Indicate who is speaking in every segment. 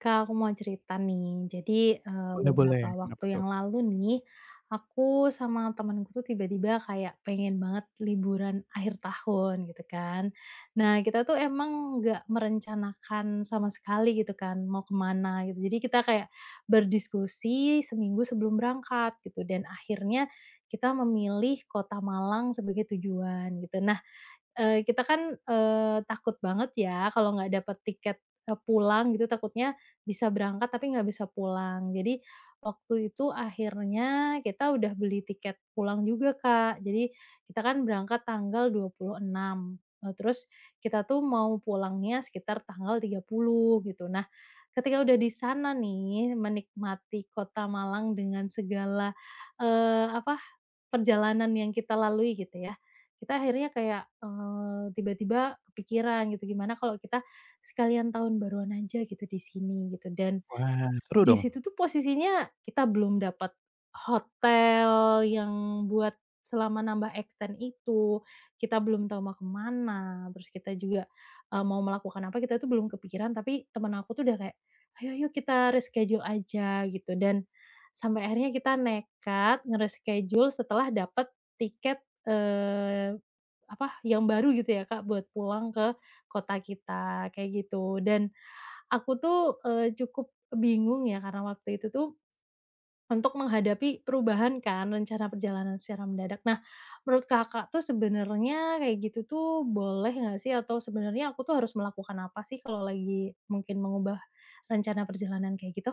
Speaker 1: Kak, aku mau cerita nih. Jadi,
Speaker 2: Boleh boleh,
Speaker 1: beberapa
Speaker 2: kenapa
Speaker 1: waktu
Speaker 2: tuh?
Speaker 1: yang lalu nih, aku sama temanku tuh tiba-tiba kayak pengen banget liburan akhir tahun gitu kan. Nah, kita tuh emang nggak merencanakan sama sekali gitu kan mau kemana gitu. Jadi kita kayak berdiskusi seminggu sebelum berangkat gitu dan akhirnya kita memilih kota Malang sebagai tujuan gitu. Kita kan, takut banget ya kalau nggak dapet tiket, pulang gitu takutnya bisa berangkat tapi nggak bisa pulang. Jadi waktu itu akhirnya kita udah beli tiket pulang juga, Kak. Jadi kita kan berangkat tanggal 26, terus kita tuh mau pulangnya sekitar tanggal 30 gitu. Nah, ketika udah di sana nih menikmati kota Malang dengan segala, eee, apa perjalanan yang kita lalui gitu ya, kita akhirnya kayak, tiba-tiba kepikiran gitu, gimana kalau kita sekalian tahun baruan aja gitu di sini gitu dan,
Speaker 2: Wah, seru
Speaker 1: di
Speaker 2: dong?
Speaker 1: situ tuh posisinya kita belum dapat hotel yang buat selama nambah extend itu, kita belum tahu mau kemana terus kita juga, mau melakukan apa, kita tuh belum kepikiran, tapi temen aku tuh udah kayak, "Ayo ayo kita reschedule aja," gitu, dan sampai akhirnya kita nekat setelah dapat tiket, eee, yang baru gitu ya Kak, buat pulang ke kota kita, kayak gitu. Dan aku tuh, cukup bingung ya karena waktu itu tuh untuk menghadapi perubahan kan rencana perjalanan secara mendadak. Nah, menurut Kakak tuh sebenarnya kayak gitu tuh boleh nggak sih atau sebenarnya aku tuh harus melakukan apa sih kalau lagi mungkin mengubah rencana perjalanan kayak gitu?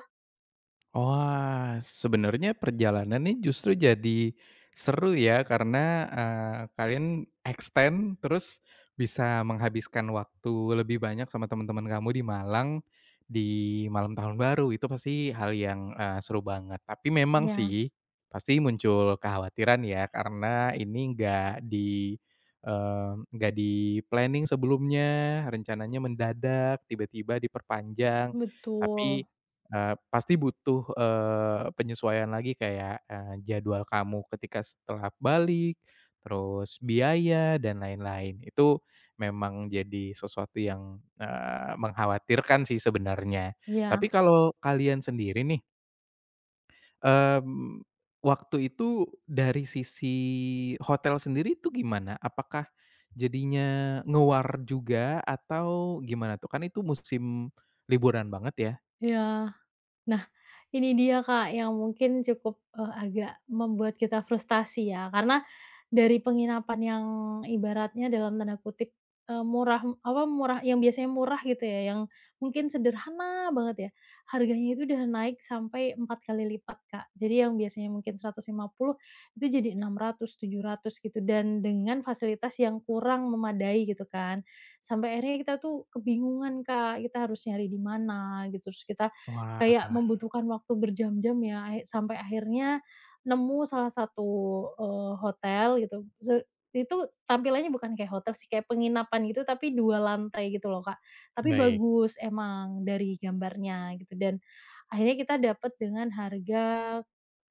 Speaker 2: Wah, sebenarnya perjalanan ini justru jadi seru ya karena, kalian extend terus bisa menghabiskan waktu lebih banyak sama teman-teman kamu di Malang, di malam tahun baru itu pasti hal yang, seru banget. Tapi memang
Speaker 1: Ya,
Speaker 2: sih, pasti muncul kekhawatiran ya karena ini nggak di eee, nggak di-planning sebelumnya, rencananya mendadak, tiba-tiba diperpanjang. Tapi
Speaker 1: betul.
Speaker 2: Pasti butuh, penyesuaian lagi kayak, jadwal kamu ketika setelah balik, terus biaya dan lain-lain. Itu memang jadi sesuatu yang, mengkhawatirkan sih sebenarnya.
Speaker 1: Ya, ya.
Speaker 2: Tapi kalau kalian sendiri nih, mmm, waktu itu dari sisi hotel sendiri itu gimana? Apakah jadinya ngewar juga atau gimana tuh? Kan itu musim liburan banget ya?
Speaker 1: Nah, ini dia Kak, yang mungkin cukup, agak membuat kita frustasi ya, karena dari penginapan yang ibaratnya dalam tanda kutip, murah apa, murah yang biasanya murah gitu ya, yang mungkin sederhana banget ya, harganya itu udah naik sampai 4 kali lipat Kak. Jadi yang biasanya mungkin 150 itu jadi 600, 700 gitu, dan dengan fasilitas yang kurang memadai gitu kan. Sampai akhirnya kita tuh kebingungan Kak, kita harus nyari di mana gitu, terus kita
Speaker 2: Wah,
Speaker 1: kayak membutuhkan waktu berjam-jam ya, ahi sampai akhirnya nemu salah satu, hotel gitu, itu tampilannya bukan kayak hotel sih, kayak penginapan gitu, tapi 2 lantai gitu loh, Kak. Tapi
Speaker 2: baik.
Speaker 1: bagus emang dari gambarnya gitu dan akhirnya kita dapet dengan harga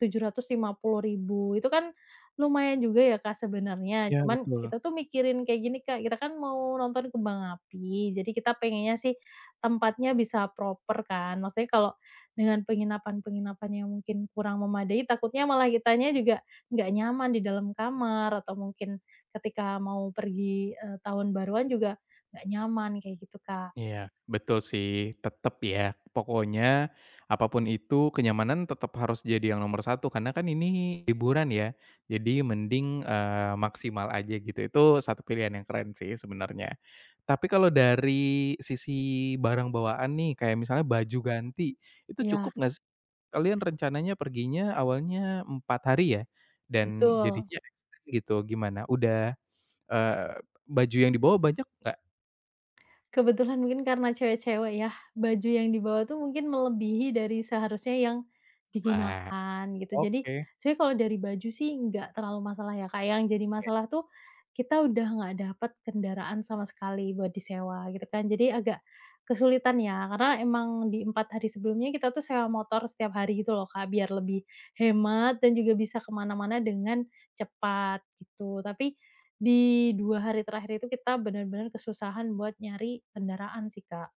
Speaker 1: 750.000 itu kan lumayan juga ya, Kak, sebenarnya.
Speaker 2: Iya,
Speaker 1: Cuman
Speaker 2: betul.
Speaker 1: kita tuh mikirin kayak gini, Kak, kita kan mau nonton kembang api, jadi kita pengennya sih tempatnya bisa proper kan. Maksudnya kalau dengan penginapan-penginapan yang mungkin kurang memadai, takutnya malah kitanya juga nggak nyaman di dalam kamar, atau mungkin ketika mau pergi, tahun baruan juga nggak nyaman, kayak gitu, Kak.
Speaker 2: Iya, betul sih. Tetap ya, pokoknya apapun itu kenyamanan tetap harus jadi yang nomor satu, karena kan ini hiburan ya. Jadi mending, maksimal aja gitu. Itu satu pilihan yang keren sih sebenarnya. Tapi kalau dari sisi barang bawaan nih, kayak misalnya baju ganti, itu cukup
Speaker 1: Iya,
Speaker 2: nggak sih? Kalian rencananya perginya awalnya 4 hari ya? Dan
Speaker 1: betul.
Speaker 2: jadinya extend gitu, gimana? Udah, eee, baju yang dibawa banyak nggak?
Speaker 1: Kebetulan mungkin karena cewek-cewek ya, baju yang dibawa tuh mungkin melebihi dari seharusnya yang
Speaker 2: Wah.
Speaker 1: digunakan gitu. Jadi,
Speaker 2: Oke.
Speaker 1: sebenarnya kalau dari baju sih nggak terlalu masalah ya, Kak, yang jadi masalah tuh kita udah nggak dapat kendaraan sama sekali buat disewa gitu kan. Jadi agak kesulitan ya, karena emang di 4 hari sebelumnya kita tuh sewa motor setiap hari gitu loh, Kak, biar lebih hemat dan juga bisa kemana mana dengan cepat gitu. Tapi di 2 hari terakhir itu kita benar-benar kesusahan buat nyari kendaraan sih, Kak.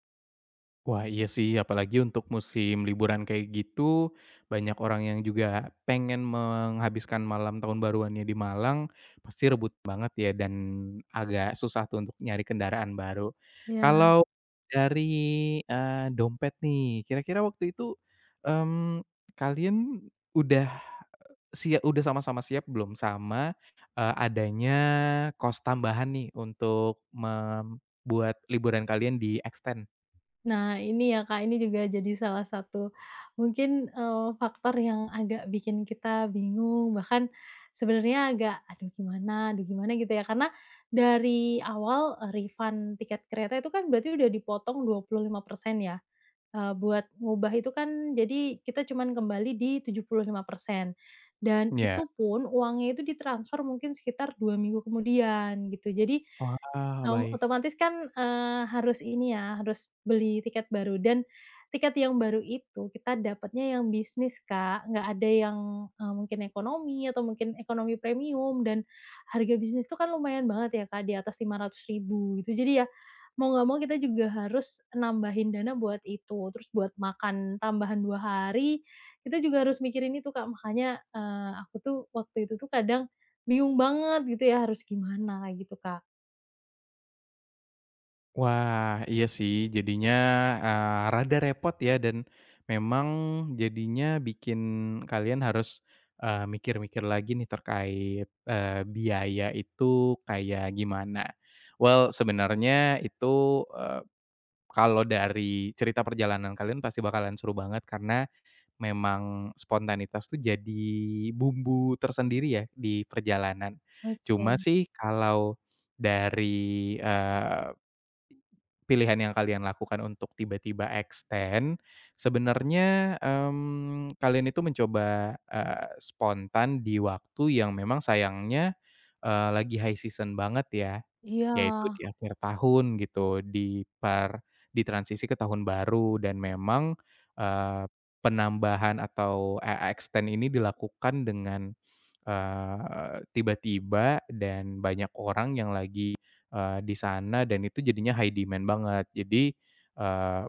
Speaker 2: Wah, iya sih, apalagi untuk musim liburan kayak gitu, banyak orang yang juga pengen menghabiskan malam tahun baruannya di Malang, pasti rebut banget ya dan agak susah tuh untuk nyari kendaraan baru.
Speaker 1: Iya.
Speaker 2: Kalau dari, dompet nih, kira-kira waktu itu, mmm, kalian udah udah sama-sama siap belum sama, adanya kos tambahan nih untuk membuat liburan kalian di-extend?
Speaker 1: Nah, ini ya, Kak, ini juga jadi salah satu mungkin, faktor yang agak bikin kita bingung, bahkan sebenarnya agak, "Aduh gimana aduh gimana?" gitu ya. Karena dari awal, refund tiket kereta itu kan berarti udah dipotong 25% ya. Buat ngubah itu kan jadi kita cuman kembali di 75% dan
Speaker 2: Iya.
Speaker 1: itu pun uangnya itu ditransfer mungkin sekitar 2 minggu kemudian gitu. Jadi,
Speaker 2: Wah,
Speaker 1: mmm,
Speaker 2: baik.
Speaker 1: otomatis kan, harus ini ya, harus beli tiket baru dan tiket yang baru itu kita dapatnya yang bisnis, Kak, nggak ada yang, mungkin ekonomi atau mungkin ekonomi premium dan harga bisnis itu kan lumayan banget ya, Kak, di atas 500.000 gitu. Jadi ya mau nggak mau kita juga harus nambahin dana buat itu, terus buat makan tambahan 2 hari, kita juga harus mikirin itu, Kak. Makanya, aku tuh waktu itu tuh kadang bingung banget gitu ya harus gimana, kayak gitu, Kak.
Speaker 2: Wah, iya sih jadinya, rada repot ya dan memang jadinya bikin kalian harus, mikir-mikir lagi nih terkait, biaya itu kayak gimana. Well, sebenarnya itu, eee, kalau dari cerita perjalanan kalian pasti bakalan seru banget karena memang spontanitas tuh jadi bumbu tersendiri ya di perjalanan. Cuma
Speaker 1: Oke.
Speaker 2: sih kalau dari pilihan yang kalian lakukan untuk tiba-tiba extend, sebenarnya, kalian itu mencoba, spontan di waktu yang memang sayangnya, lagi high season banget ya,
Speaker 1: Iya,
Speaker 2: yaitu di akhir tahun gitu, di transisi ke tahun baru dan memang, eee, penambahan atau, extend ini dilakukan dengan, tiba-tiba dan banyak orang yang lagi di sana dan itu jadinya high demand banget. Jadi, eee,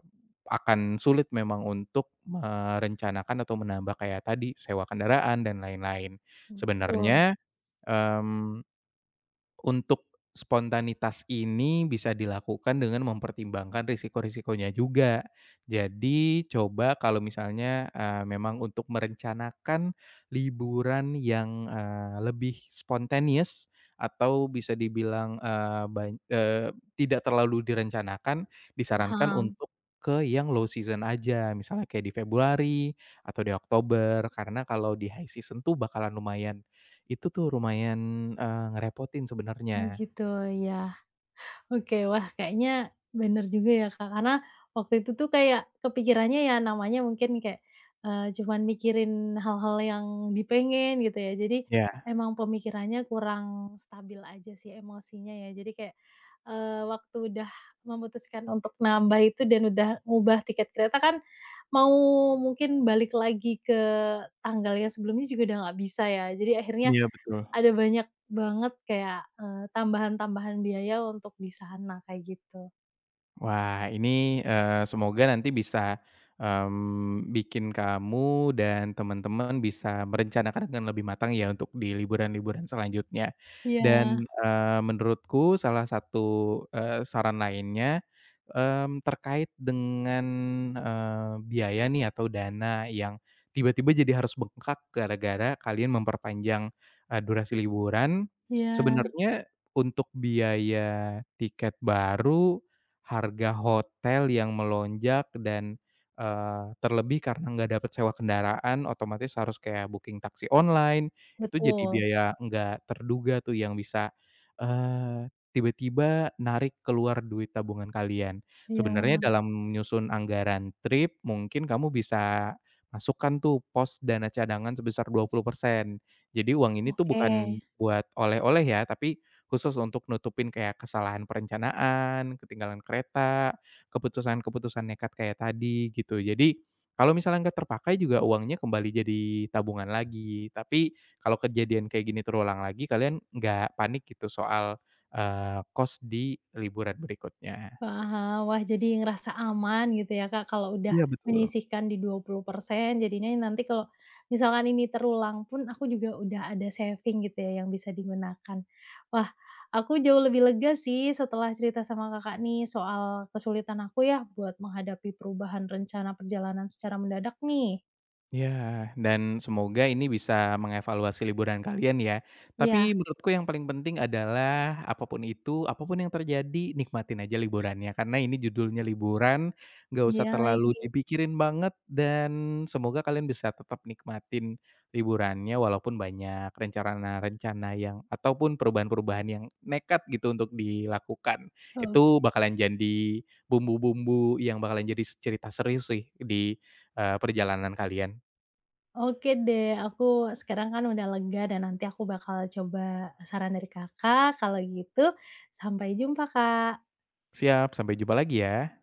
Speaker 2: akan sulit memang untuk merencanakan atau menambah kayak tadi sewa kendaraan dan lain-lain.
Speaker 1: betul,
Speaker 2: Sebenarnya, mmm untuk spontanitas ini bisa dilakukan dengan mempertimbangkan risiko-risikonya juga. Jadi coba kalau misalnya, memang untuk merencanakan liburan yang, lebih spontaneous atau bisa dibilang, tidak terlalu direncanakan, disarankan
Speaker 1: paham.
Speaker 2: untuk ke yang low season aja, misalnya kayak di Februari atau di Oktober, karena kalau di high season tuh bakalan lumayan, itu tuh lumayan, eee, ngerepotin
Speaker 1: Oh
Speaker 2: sebenarnya.
Speaker 1: gitu, iya. Oke, wah, kayaknya bener juga ya, Kak, karena waktu itu tuh kayak kepikirannya ya namanya mungkin kayak, cuman mikirin hal-hal yang dipengen gitu ya, jadi
Speaker 2: Iya,
Speaker 1: emang pemikirannya kurang stabil aja sih emosinya ya. Jadi kayak, waktu udah memutuskan untuk nambah itu dan udah ngubah tiket kereta kan mau mungkin balik lagi ke tanggal yang sebelumnya juga udah nggak bisa ya. Jadi akhirnya
Speaker 2: iya, betul.
Speaker 1: ada banyak banget kayak, tambahan-tambahan biaya untuk di sana, kayak gitu.
Speaker 2: Wah, ini, semoga nanti bisa, bikin kamu dan teman-teman bisa merencanakan dengan lebih matang ya untuk di liburan-liburan selanjutnya.
Speaker 1: Iya,
Speaker 2: Dan, menurutku salah satu, saran lainnya, terkait dengan, biaya nih atau dana yang tiba-tiba jadi harus bengkak gara-gara kalian memperpanjang, durasi liburan.
Speaker 1: iya,
Speaker 2: Sebenarnya untuk biaya tiket baru, harga hotel yang melonjak dan, terlebih karena nggak dapat sewa kendaraan otomatis harus kayak booking taksi online, itu jadi
Speaker 1: betul.
Speaker 2: biaya nggak terduga tuh yang bisa, tiba-tiba narik keluar duit tabungan kalian. Sebenarnya
Speaker 1: Iya,
Speaker 2: dalam menyusun anggaran trip mungkin kamu bisa masukkan tuh pos dana cadangan sebesar 20%. Jadi uang ini tuh
Speaker 1: oke,
Speaker 2: bukan buat oleh-oleh ya, tapi khusus untuk nutupin kayak kesalahan perencanaan, ketinggalan kereta, keputusan-keputusan nekat kayak tadi gitu. Jadi, kalau misalnya nggak terpakai juga uangnya kembali jadi tabungan lagi. Tapi kalau kejadian kayak gini terulang lagi, kalian nggak panik gitu soal, cost di liburan berikutnya.
Speaker 1: paham. Wah, jadi ngerasa aman gitu ya, Kak, kalau udah
Speaker 2: Iya. Betul.
Speaker 1: menyisihkan di 20%, jadinya nanti kalau misalkan ini terulang pun aku juga udah ada saving gitu ya yang bisa digunakan. Wah, aku jauh lebih lega sih setelah cerita sama Kakak nih soal kesulitan aku ya buat menghadapi perubahan rencana perjalanan secara mendadak nih.
Speaker 2: Ya, dan semoga ini bisa mengevaluasi liburan kalian ya.
Speaker 1: Iya,
Speaker 2: Tapi menurutku yang paling penting adalah apapun itu, apapun yang terjadi, nikmatin aja liburannya. Karena ini judulnya liburan, nggak
Speaker 1: iya
Speaker 2: usah
Speaker 1: lagi.
Speaker 2: terlalu dipikirin banget dan semoga kalian bisa tetap nikmatin liburannya walaupun banyak rencana-rencana yang ataupun perubahan-perubahan yang nekat gitu untuk dilakukan.
Speaker 1: O
Speaker 2: Itu bakalan jadi bumbu-bumbu yang bakalan jadi cerita serius sih di, perjalanan kalian.
Speaker 1: oke deh, aku sekarang kan udah lega dan nanti aku bakal coba saran dari Kakak, kalau gitu sampai jumpa, Kak.
Speaker 2: Siap, sampai jumpa lagi ya.